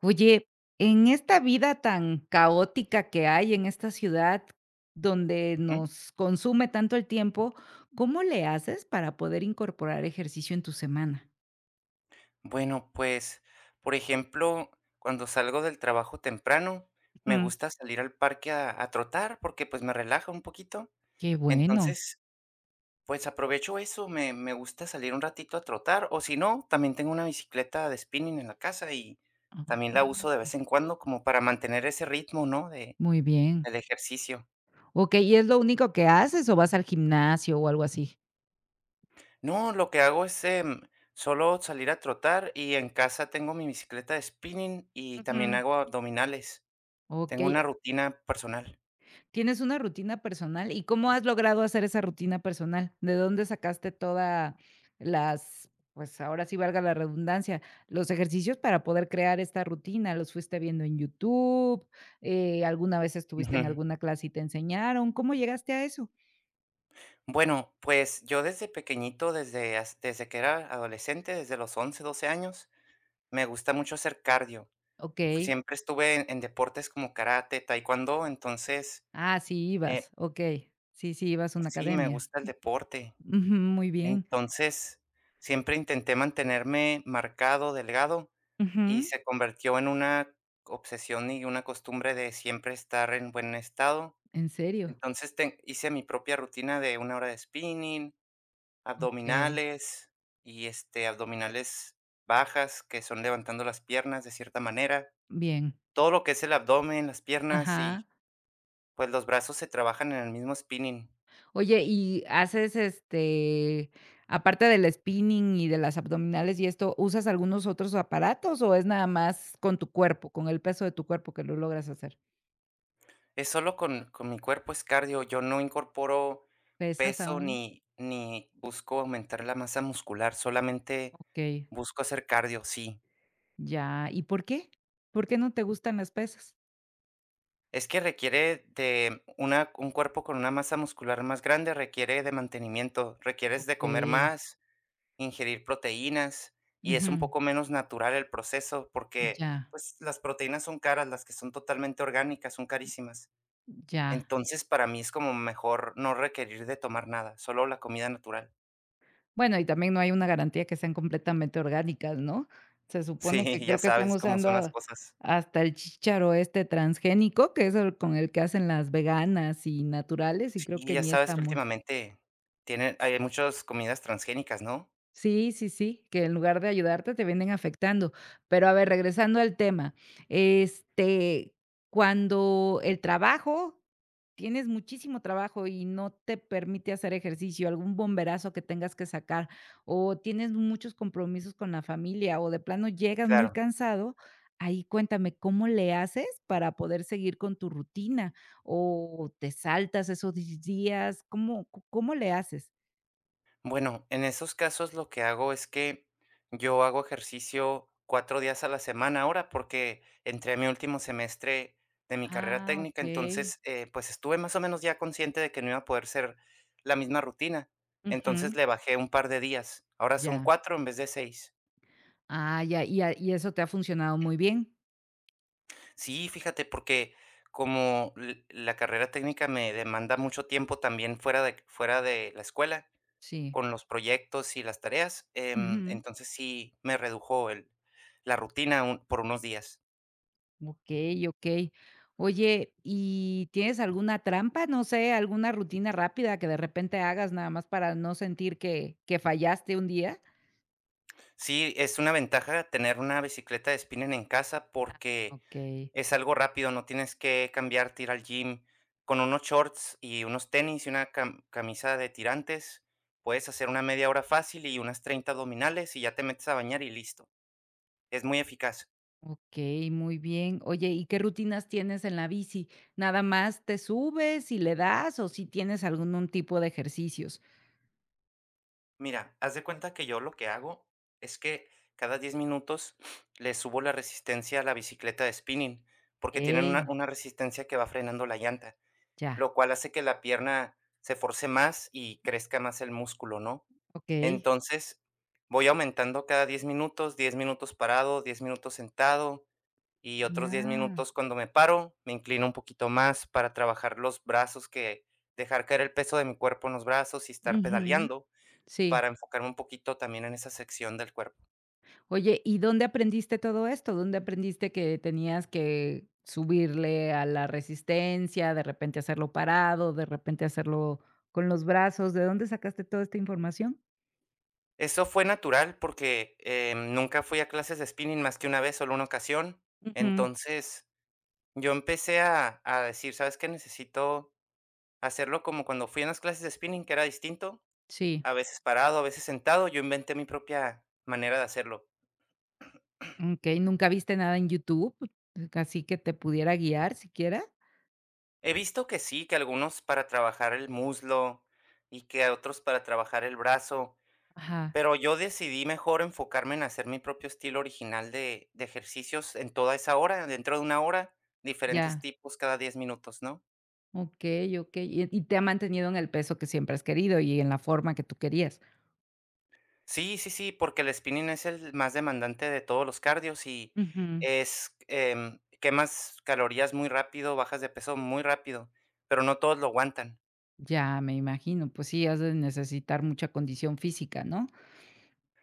Oye, en esta vida tan caótica que hay en esta ciudad, donde Ujú. nos consume tanto el tiempo, ¿cómo le haces para poder incorporar ejercicio en tu semana? Bueno, pues, por ejemplo, cuando salgo del trabajo temprano, me Mm, gusta salir al parque a trotar porque, pues, me relaja un poquito. qué bueno. Entonces, pues, aprovecho eso, me gusta salir un ratito a trotar, o si no, también tengo una bicicleta de spinning en la casa y también Ah, la uso de vez en cuando como para mantener ese ritmo, ¿no?, de muy bien. del ejercicio. Ok, ¿y es lo único que haces o vas al gimnasio o algo así? No, lo que hago es, solo salir a trotar y en casa tengo mi bicicleta de spinning y también Ujú. hago abdominales. Ok, Tengo una rutina personal. tienes una rutina personal, ¿y cómo has logrado hacer esa rutina personal? ¿De dónde sacaste toda las pues, ahora sí valga la redundancia, los ejercicios para poder crear esta rutina? ¿Los fuiste viendo en YouTube? ¿Alguna vez estuviste en Ujú. alguna clase y te enseñaron? ¿Cómo llegaste a eso? Bueno, pues, yo desde pequeñito, desde que era adolescente, desde los 11 12 años, me gusta mucho hacer cardio. Fui Okey. Siempre estuve en deportes como karate, taekwondo, entonces, Ah, sí eh, ibas, okey. Sí, sí, ibas a una sí, me academia. gusta el deporte. Ujú, muy bien. Entonces, siempre intenté mantenerme marcado, delgado, y Ujú. se convirtió en una obsesión y una costumbre de siempre estar en buen estado. ¿En serio? Entonces, ten hice mi propia rutina de una hora de spinning, Okey, abdominales y, este, abdominales bajas, que son levantando las piernas de cierta manera. bien. Todo lo que es el abdomen, las piernas Ajá. y, pues, los brazos se trabajan en el mismo spinning. Oye, ¿y haces, aparte del spinning y de las abdominales y esto, usas algunos otros aparatos o es nada más con tu cuerpo, con el peso de tu cuerpo que lo logras hacer? Es solo con mi cuerpo, es cardio. Yo no incorporo ¿Pesas peso aún? ni busco aumentar la masa muscular, solamente Okey, busco hacer cardio, sí. ya, ¿y por qué? ¿Por qué no te gustan las pesas? Es que requiere de una un cuerpo con una masa muscular más grande, requiere de mantenimiento, requieres de comer Okey, más. Ingerir proteínas, y es un ujú, poco menos natural el proceso, porque, ya, pues, las proteínas son caras, las que son totalmente orgánicas son carísimas. ya. Entonces, para mí es como mejor no requerir de tomar nada, solo la comida natural. Bueno, y también no hay una garantía que sean completamente orgánicas, ¿no? Se Sí, supone que ya creo que están sabes cómo usando son las a cosas. hasta el chícharo este transgénico, que es el con el que hacen las veganas y naturales, y creo Sí, que ya ni sabes que estamos. últimamente tienen hay muchas comidas transgénicas, ¿no? Sí, que en lugar de ayudarte te vienen afectando. Pero, a ver, regresando al tema, este, cuando el trabajo tienes muchísimo trabajo y no te permite hacer ejercicio, algún bomberazo que tengas que sacar, o tienes muchos compromisos con la familia, o de plano llegas muy Claro. cansado, ahí cuéntame, ¿cómo le haces para poder seguir con tu rutina? ¿O te saltas esos di días? ¿Cómo le haces? Bueno, en esos casos lo que hago es que yo hago ejercicio 4 días a la semana ahora, porque entré a mi último semestre de mi carrera Ah, técnica, okey. entonces, pues, estuve más o menos ya consciente de que no iba a poder ser la misma rutina, entonces Ujú. le bajé un par de días, ahora son Ya. 4 en vez de 6. Ah, ya, y eso te ha funcionado muy bien. Sí, fíjate, porque como l la carrera técnica me demanda mucho tiempo también fuera de la escuela, Sí. con los proyectos y las tareas, entonces sí me redujo el la rutina un por unos días. Okey, okey. Oye, ¿y tienes alguna trampa? No sé, alguna rutina rápida que de repente hagas nada más para no sentir que fallaste un día. Sí, es una ventaja tener una bicicleta de spinning en casa Ah. porque Okey, es algo rápido, no tienes que cambiarte, ir al gym. Con unos shorts y unos tenis y una camisa de tirantes, puedes hacer una media hora fácil y unas 30 abdominales, y ya te metes a bañar y listo. Es muy eficaz. okey, muy bien. Oye, ¿y qué rutinas tienes en la bici? ¿Nada más te subes y le das o si tienes algún un tipo de ejercicios? Mira, haz de cuenta que yo lo que hago es que cada 10 minutos le subo la resistencia a la bicicleta de spinning, porque tienen una, Okey, una resistencia que va frenando la llanta, ya, lo cual hace que la pierna se force más y crezca más el músculo, ¿no? okey. Entonces, voy aumentando cada 10 minutos, 10 minutos parado, 10 minutos sentado y otros 10 Ya. minutos cuando me paro, me inclino un poquito más para trabajar los brazos, que dejar caer el peso de mi cuerpo en los brazos y estar Ujú. pedaleando Sí. para enfocarme un poquito también en esa sección del cuerpo. Oye, ¿y dónde aprendiste todo esto? ¿Dónde aprendiste que tenías que subirle a la resistencia, de repente hacerlo parado, de repente hacerlo con los brazos? ¿De dónde sacaste toda esta información? Eso fue natural porque, nunca fui a clases de spinning más que una vez, solo una ocasión. Ujú, Entonces, yo empecé a decir: "¿Sabes qué? Necesito hacerlo como cuando fui en las clases de spinning", que era distinto, sí. a veces parado, a veces sentado. Yo inventé mi propia manera de hacerlo. Okey, ¿nunca viste nada en YouTube, así que te pudiera guiar siquiera? He visto que sí, que algunos para trabajar el muslo y que a otros para trabajar el brazo, Ajá, pero yo decidí mejor enfocarme en hacer mi propio estilo original de ejercicios en toda esa hora, dentro de una hora, diferentes ya. tipos cada 10 minutos, ¿no? Okey, okey, y te ha mantenido en el peso que siempre has querido y en la forma que tú querías. Sí, sí, sí, porque el spinning es el más demandante de todos los cardios y Ujú. es, quemas calorías muy rápido, bajas de peso muy rápido, pero no todos lo aguantan. Ya, me imagino, pues sí, has de necesitar mucha condición física, ¿no?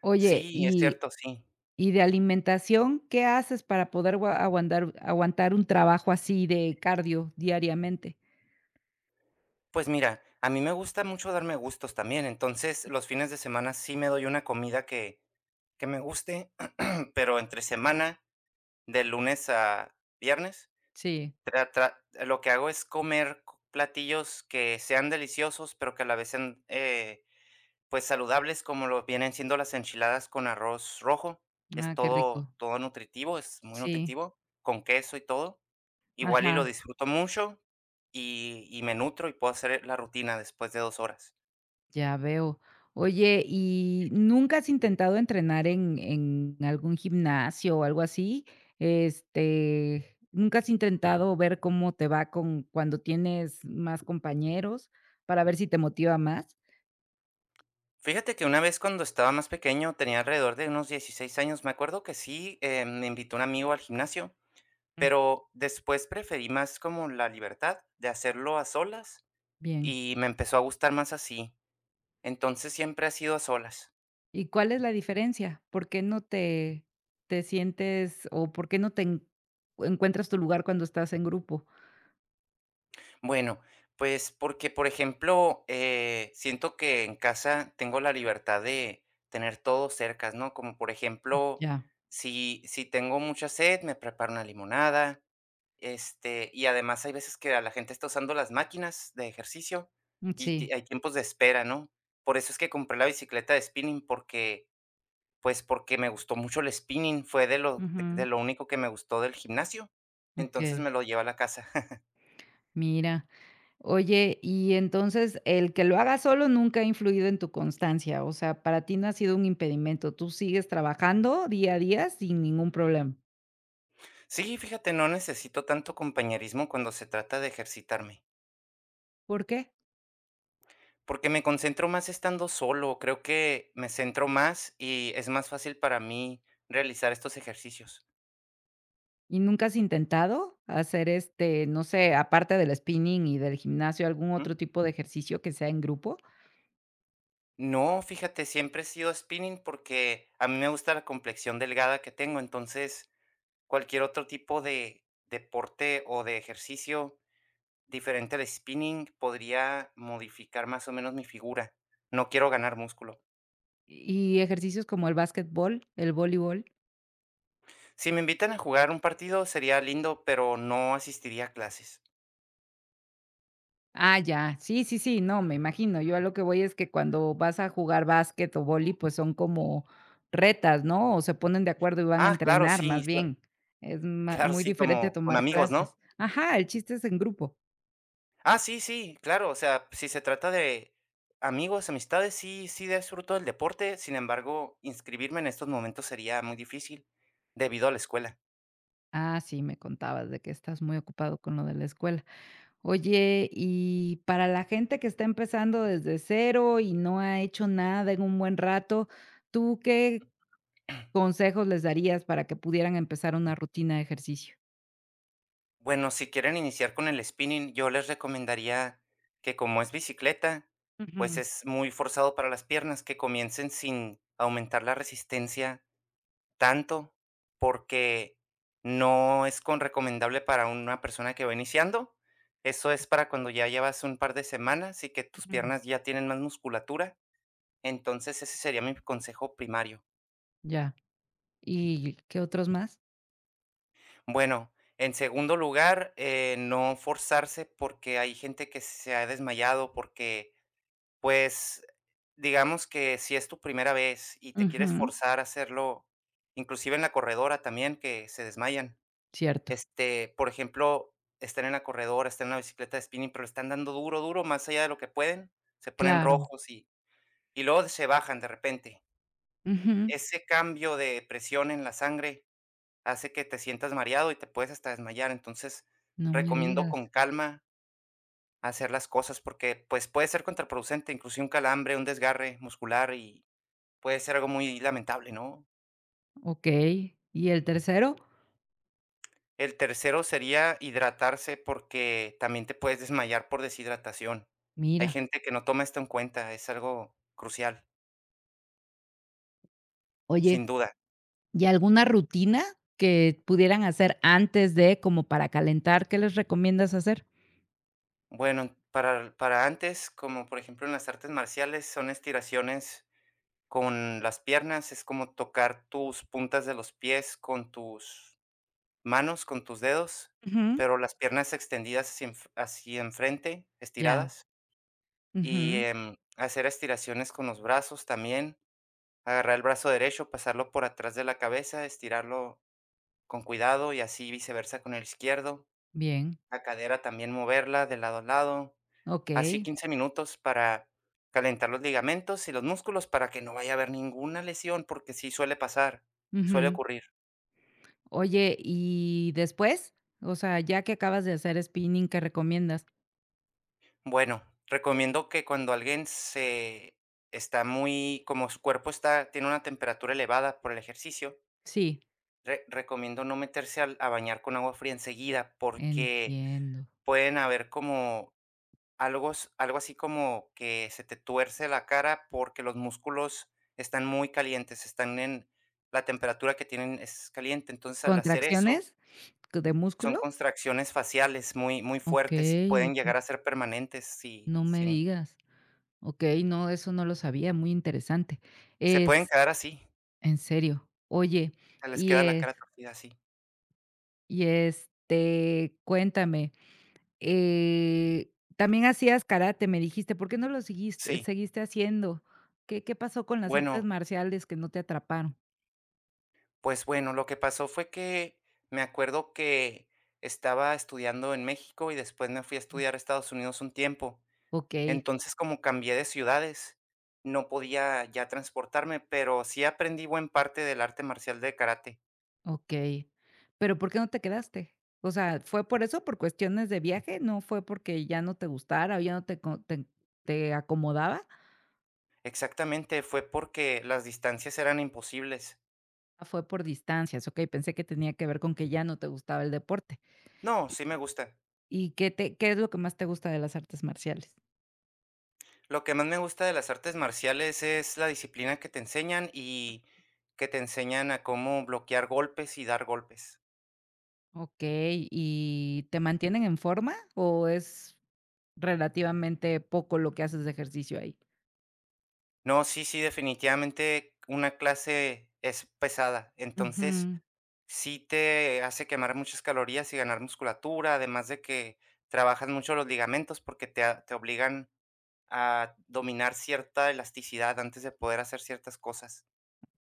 Oye, Sí, es y cierto, sí. y de alimentación, ¿qué haces para poder gua aguantar un trabajo así de cardio diariamente? Pues mira, a mí me gusta mucho darme gustos también, entonces los fines de semana sí me doy una comida que me guste, pero entre semana de lunes a viernes, Sí. tra tra lo que hago es comer c platillos que sean deliciosos, pero que a la vez sean, pues, saludables, como lo vienen siendo las enchiladas con arroz rojo. Es Ah, qué todo rico. todo nutritivo, es muy Sí, nutritivo, con queso y todo. Igual y ajá, lo disfruto mucho, y me nutro, y puedo hacer la rutina después de 2 horas. ya veo. Oye, ¿y nunca has intentado entrenar en algún gimnasio o algo así? ¿Nunca has intentado ver cómo te va con cuando tienes más compañeros para ver si te motiva más? Fíjate que una vez cuando estaba más pequeño, tenía alrededor de unos 16 años, me acuerdo que sí, me invitó un amigo al gimnasio, Mm, pero después preferí más como la libertad de hacerlo a solas bien. y me empezó a gustar más así. Entonces siempre ha sido a solas. ¿Y cuál es la diferencia? ¿Por qué no te te sientes o por qué no te en encuentras tu lugar cuando estás en grupo? Bueno, pues porque, por ejemplo, siento que en casa tengo la libertad de tener todo cerca, ¿no? Como por ejemplo, Ya, si tengo mucha sed, me preparo una limonada, este, y además hay veces que a la gente está usando las máquinas de ejercicio mm, y sí. Hay tiempos de espera, ¿no? Por eso es que compré la bicicleta de spinning porque, pues porque me gustó mucho el spinning, fue de lo, de Ujú. de lo único que me gustó del gimnasio, entonces Okey. me lo llevo a la casa. Mira, oye, y entonces el que lo haga solo nunca ha influido en tu constancia, o sea, para ti no ha sido un impedimento, tú sigues trabajando día a día sin ningún problema, Sí, fíjate, no necesito tanto compañerismo cuando se trata de ejercitarme, ¿por qué? porque me concentro más estando solo, creo que me centro más y es más fácil para mí realizar estos ejercicios. ¿Y nunca has intentado hacer, no sé, aparte del spinning y del gimnasio, algún Ujú. otro tipo de ejercicio que sea en grupo? No, fíjate, siempre he sido spinning porque a mí me gusta la complexión delgada que tengo, entonces cualquier otro tipo de deporte o de ejercicio diferente de spinning podría modificar más o menos mi figura. No quiero ganar músculo. ¿Y ejercicios como el básquetbol, el voleibol? Si me invitan a jugar un partido sería lindo, pero no asistiría a clases. Ah, ya. Sí, no, me imagino. Yo a lo que voy es que cuando vas a jugar básquet o vóley, pues, son como retas, ¿no? O se ponen de acuerdo y van a Ah, claro, entrenar, sí, más bien. Es ma claro, muy sí, diferente a como con tomar amigos, clases. ¿no? Ajá, el chiste es en grupo. Ah, sí, sí, claro, o sea, si se trata de amigos, amistades, sí, sí disfruto del deporte, sin embargo, inscribirme en estos momentos sería muy difícil debido a la escuela. Ah, sí, me contabas de que estás muy ocupado con lo de la escuela. Oye, y para la gente que está empezando desde cero y no ha hecho nada en un buen rato, ¿tú qué consejos les darías para que pudieran empezar una rutina de ejercicio? Bueno, si quieren iniciar con el spinning, yo les recomendaría que como es bicicleta, pues Ujú, es muy forzado para las piernas, que comiencen sin aumentar la resistencia tanto, porque no es con recomendable para una persona que va iniciando. Eso es para cuando ya llevas un par de semanas y que tus ujú. piernas ya tienen más musculatura. Entonces, ese sería mi consejo primario. Ya. ¿Y qué otros más? Bueno, en segundo lugar, no forzarse porque hay gente que se ha desmayado, porque, pues, digamos que si es tu primera vez y te quieres Ujú. forzar a hacerlo, inclusive en la corredora también, que se desmayan. Cierto, Este, por ejemplo, están en la corredora, están en la bicicleta de spinning, pero le están dando duro, duro, más allá de lo que pueden, se ponen claro. rojos y luego se bajan de repente. Ujú. Ese cambio de presión en la sangre hace que te sientas mareado y te puedes hasta desmayar. Entonces, No me recomiendo digas. con calma hacer las cosas porque, pues, puede ser contraproducente, inclusive un calambre, un desgarre muscular y puede ser algo muy lamentable, ¿no? Okey. ¿Y el tercero? El tercero sería hidratarse, porque también te puedes desmayar por deshidratación. Hay Mira, gente que no toma esto en cuenta, es algo crucial, oye, sin duda. ¿y alguna rutina que pudieran hacer antes de, como para calentar? ¿Qué les recomiendas hacer? Bueno, para antes, como por ejemplo en las artes marciales, son estiraciones con las piernas, es como tocar tus puntas de los pies con tus manos, con tus dedos, Ujú. pero las piernas extendidas hacia enfrente, Ya. estiradas, y, Ujú. Hacer estiraciones con los brazos también. Agarrar el brazo derecho, pasarlo por atrás de la cabeza, estirarlo con cuidado y así viceversa con el izquierdo. Bien, La cadera también moverla de lado a lado. Así okey. 15 minutos para calentar los ligamentos y los músculos para que no vaya a haber ninguna lesión, porque sí suele pasar, suele Ujú. ocurrir. Oye, ¿y después? O sea, ya que acabas de hacer spinning, ¿qué recomiendas? Bueno, recomiendo que cuando alguien se está muy, como su cuerpo está, tiene una temperatura elevada por el ejercicio, Sí, recomiendo no meterse a bañar con agua fría enseguida porque entiendo. pueden haber como algo, algo así como que se te tuerce la cara porque los músculos están muy calientes, están en la temperatura que tienen es caliente. Entonces, al hacer eso, ¿Contracciones de son músculo? contracciones faciales muy, muy fuertes y Okey, pueden okey. llegar a ser permanentes. Si, No me digas. Okey, no, eso no lo sabía, muy interesante. se pueden Es quedar así, en serio. Oye, se les y queda la es cara torcida así. y, cuéntame, eh, también hacías karate, me dijiste, ¿por qué no lo Sí, seguiste haciendo? ¿Qué pasó con las artes bueno, marciales que no te atraparon? pues bueno, lo que pasó fue que me acuerdo que estaba estudiando en México y después me fui a Mm, estudiar a Estados Unidos un tiempo. okey. Entonces, como cambié de ciudades, no podía ya transportarme, pero sí aprendí buen parte del arte marcial de karate. Okey, pero, ¿por qué no te quedaste? O sea, ¿fue por eso, por cuestiones de viaje? ¿No fue porque ya no te gustara o ya no te te acomodaba? Exactamente, fue porque las distancias eran imposibles. Ah, fue por distancias, okey, pensé que tenía que ver con que ya no te gustaba el deporte. No, ¿Y sí me gusta. y qué te qué es lo que más te gusta de las artes marciales? Lo que más me gusta de las artes marciales es la disciplina que te enseñan y que te enseñan a cómo bloquear golpes y dar golpes. Okey, ¿y te mantienen en forma o es relativamente poco lo que haces de ejercicio ahí? No, sí, sí, definitivamente una clase es pesada. Entonces, Ujú. sí te hace quemar muchas calorías y ganar musculatura, además de que trabajas mucho los ligamentos porque te, te obligan a dominar cierta elasticidad antes de poder hacer ciertas cosas.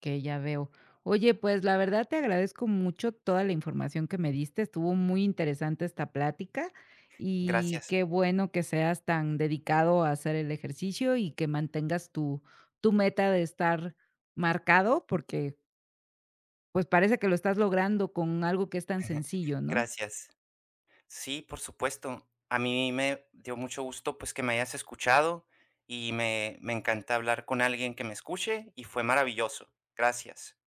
Que ya veo. Oye, pues la verdad te agradezco mucho toda la información que me diste. Estuvo muy interesante esta plática y Gracias, qué bueno que seas tan dedicado a hacer el ejercicio y que mantengas tu, tu meta de estar marcado, porque pues parece que lo estás logrando con algo que es tan sencillo, ¿no? gracias. Sí, por supuesto. A mí me dio mucho gusto pues que me hayas escuchado y me encanta hablar con alguien que me escuche y fue maravilloso. Gracias.